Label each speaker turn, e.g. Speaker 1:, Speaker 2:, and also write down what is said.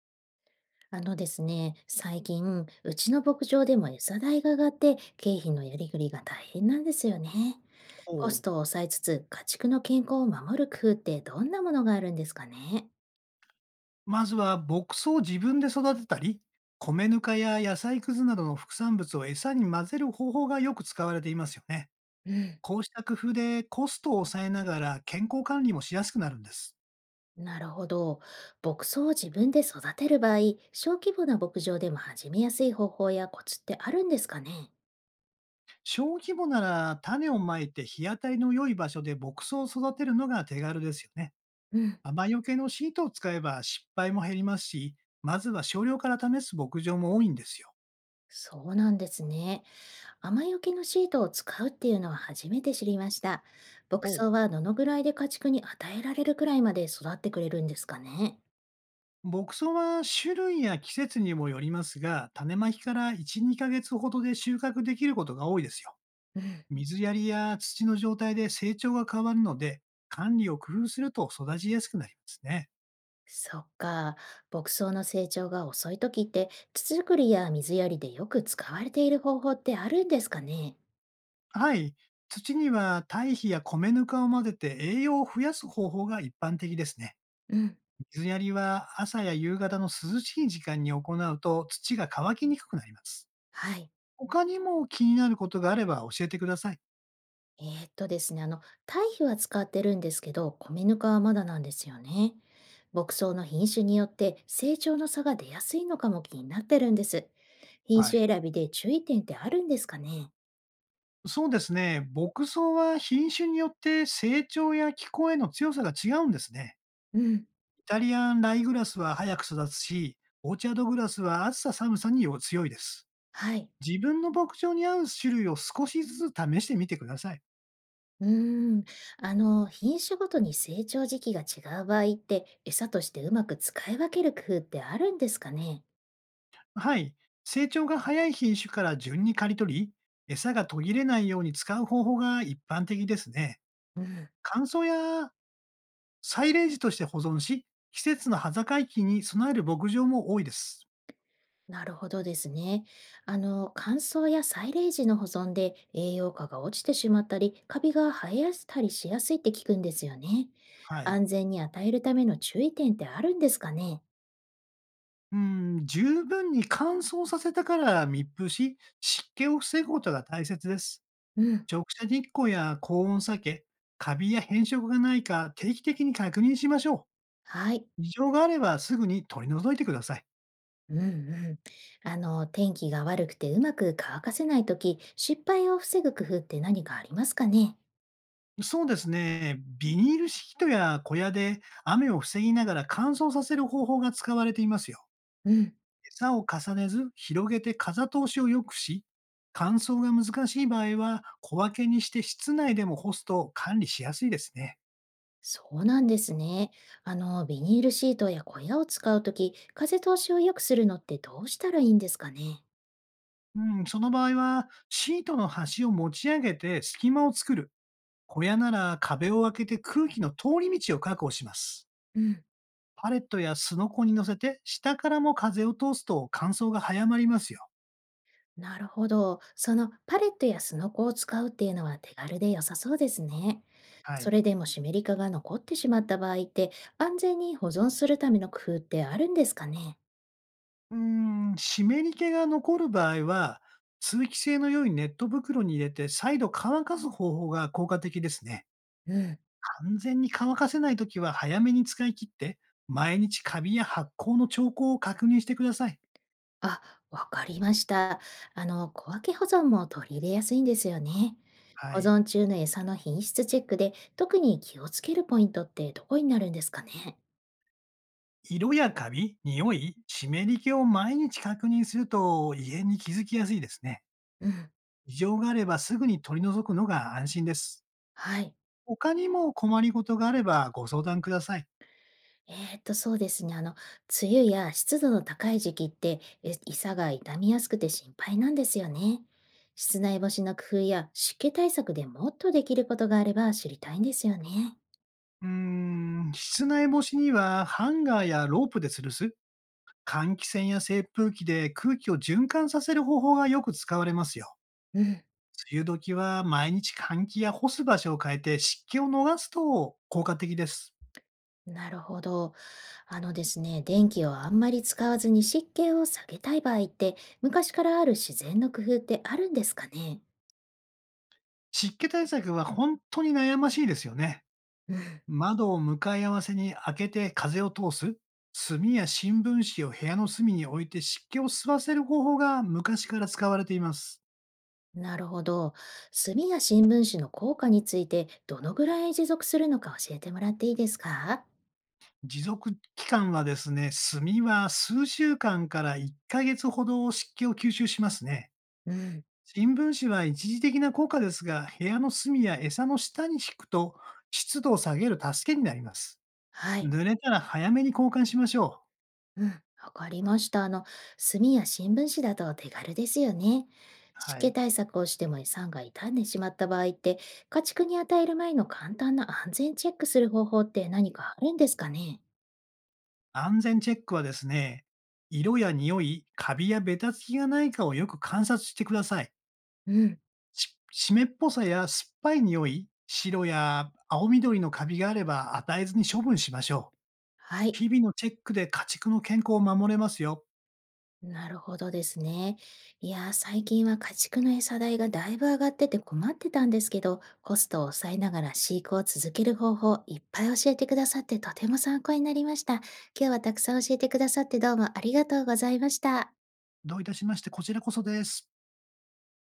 Speaker 1: ですね、最近、うちの牧場でも餌代が上がって、経費のやりくりが大変なんですよね。
Speaker 2: ほ
Speaker 1: コスト
Speaker 2: う。
Speaker 1: を抑えつつ、家畜の健康を守る工夫ってどんなものがあるんですかね。
Speaker 2: まずは牧草を自分で育てたり、米ぬかや野菜くずなどの副産物を餌に混ぜる方法がよく使われていますよね。
Speaker 1: うん、
Speaker 2: こうした工夫でコストを抑えながら健康管理もしやすくなるんです。
Speaker 1: なるほど。牧草を自分で育てる場合、小規模な牧場でも始めやすい方法やコツってあるんですかね。
Speaker 2: 小規模なら種をまいて日当たりの良い場所で牧草を育てるのが手軽ですよね。
Speaker 1: うん、
Speaker 2: 雨よけのシートを使えば失敗も減りますし、まずは少量から試す牧場も多いんですよ。
Speaker 1: そうなんですね。雨よけのシートを使うっていうのは初めて知りました。牧
Speaker 2: ほう。
Speaker 1: 草はどのぐらいで家畜に与えられるくらいまで育ってくれるんですかね。
Speaker 2: 牧草は種類や季節にもよりますが、種まきから1、2ヶ月ほどで収穫できることが多いですよ。
Speaker 1: うん、
Speaker 2: 水やりや土の状態で成長が変わるので、管理を工夫すると育ちやすくなりますね。
Speaker 1: そっか。牧草の成長が遅い時って、土作りや水やりでよく使われている方法ってあるんですかね。
Speaker 2: はい。土には堆肥や米ぬかを混ぜて栄養を増やす方法が一般的ですね。
Speaker 1: うん、
Speaker 2: 水やりは朝や夕方の涼しい時間に行うと土が乾きにくくなります。
Speaker 1: はい。
Speaker 2: 他にも気になることがあれば教えてください。
Speaker 1: ですね、堆肥は使ってるんですけど、米ぬかはまだなんですよね。牧草の品種によって成長の差が出やすいのかも気になってるんです。品
Speaker 2: は
Speaker 1: 種
Speaker 2: い。
Speaker 1: 選びで注意点ってあるんですかね？
Speaker 2: そうですね。牧草は品種によって成長や気候への強さが違うんですね。
Speaker 1: うん、
Speaker 2: イタリアンライグラスは早く育つし、オーチャードグラスは暑さ寒さに強いです。
Speaker 1: はい。
Speaker 2: 自分の牧場に合う種類を少しずつ試してみてください。
Speaker 1: うーん、品種ごとに成長時期が違う場合って、餌としてうまく使い分ける工夫ってあるんですかね？
Speaker 2: はい。成長が早い品種から順に刈り取り、餌が途切れないように使う方法が一般的ですね。
Speaker 1: うん。
Speaker 2: 乾燥やサイレージとして保存し、季節の端境期に備える牧場も多いです。
Speaker 1: なるほどですね。乾燥やサイレージの保存で栄養価が落ちてしまったり、カビが生えやしたりしやすいって聞くんですよね。
Speaker 2: はい。
Speaker 1: 安全に与えるための注意点ってあるんですかね？
Speaker 2: うー十分に乾燥させたから密封し、湿気を防ぐことが大切です。
Speaker 1: うん。
Speaker 2: 直射日光や高温避け、カビや変色がないか定期的に確認しましょ
Speaker 1: はい。
Speaker 2: う。異常があればすぐに取り除いてください。
Speaker 1: うんうん。天気が悪くてうまく乾かせないとき、失敗を防ぐ工夫って何かありますかね？
Speaker 2: そうですね。ビニールシートや小屋で雨を防ぎながら乾燥させる方法が使われていますよ。
Speaker 1: うん。
Speaker 2: 餌を重ねず、広げて風通しを良くし、乾燥が難しい場合は小分けにして室内でも干すと管理しやすいですね。
Speaker 1: そうなんですね。ビニールシートや小屋を使うとき、風通しを良くするのってどうしたらいいんですかね？
Speaker 2: うん、その場合は、シートの端を持ち上げて隙間を作る。小屋なら壁を開けて空気の通り道を確保します。
Speaker 1: うん。
Speaker 2: パレットやスノコに乗せて、下からも風を通すと乾燥が早まりますよ。
Speaker 1: なるほど。そのパレットやスノコを使うっていうのは手軽で良さそうですね。
Speaker 2: は
Speaker 1: そ
Speaker 2: い。
Speaker 1: れでも湿り化が残ってしまった場合って、安全に保存するための工夫ってあるんですかね？
Speaker 2: うー湿り気が残る場合は、通気性の良いネット袋に入れて再度乾かす方法が効果的ですね。
Speaker 1: うん。
Speaker 2: 完全に乾かせないときは早めに使い切って、毎日カビや発酵の兆候を確認してください。
Speaker 1: あ、わかりました。小分け保存も取り入れやすいんですよね。
Speaker 2: は
Speaker 1: 保
Speaker 2: い。
Speaker 1: 存中の餌の品質チェックで特に気をつけるポイントってどこになるんですかね？
Speaker 2: 色やカビ、匂い、湿り気を毎日確認すると異変に気づきやすいですね。
Speaker 1: うん。
Speaker 2: 異常があればすぐに取り除くのが安心です。
Speaker 1: はい。
Speaker 2: 他にも困りごとがあればご相談ください。
Speaker 1: そうですね。梅雨や湿度の高い時期って、胃酸が傷みやすくて心配なんですよね。室内干しの工夫や湿気対策でもっとできることがあれば知りたいんですよね。
Speaker 2: 室内干しにはハンガーやロープで吊るす、換気扇や扇風機で空気を循環させる方法がよく使われますよ。
Speaker 1: うん、
Speaker 2: 梅雨時は毎日換気や干す場所を変えて湿気を逃すと効果的です。
Speaker 1: なるほど。ですね、電気をあんまり使わずに湿気を下げたい場合って、昔からある自然の工夫ってあるんですかね？
Speaker 2: 湿気対策は本当に悩ましいですよね。
Speaker 1: うん。
Speaker 2: 窓を向かい合わせに開けて風を通す、炭や新聞紙を部屋の隅に置いて湿気を吸わせる方法が昔から使われています。
Speaker 1: なるほど。炭や新聞紙の効果について、どのぐらい持続するのか教えてもらっていいですか？
Speaker 2: 持続期間はですね、炭は数週間から1ヶ月ほど湿気を吸収しますね。
Speaker 1: うん、
Speaker 2: 新聞紙は一時的な効果ですが、部屋の隅や餌の下に敷くと湿度を下げる助けになります。
Speaker 1: はい。
Speaker 2: 濡れたら早めに交換しましょう。
Speaker 1: うん、わかりました。炭や新聞紙だと手軽ですよね。湿
Speaker 2: はい。
Speaker 1: 気対策をしても胃酸が傷んでしまった場合って、家畜に与える前の簡単な安全チェックする方法って何かあるんですかね？
Speaker 2: 安全チェックはですね、色や匂い、カビやベタつきがないかをよく観察してください。
Speaker 1: うん。
Speaker 2: し湿っぽさや酸っぱい匂い、白や青緑のカビがあれば与えずに処分しましょう。
Speaker 1: はい。
Speaker 2: 日々のチェックで家畜の健康を守れますよ。
Speaker 1: なるほどですね。いやー、最近は家畜の餌代がだいぶ上がってて困ってたんですけど、コストを抑えながら飼育を続ける方法いっぱい教えてくださってとても参考になりました。今日はたくさん教えてくださってどうもありがとうございました。
Speaker 2: どういたしまして、こちらこそです。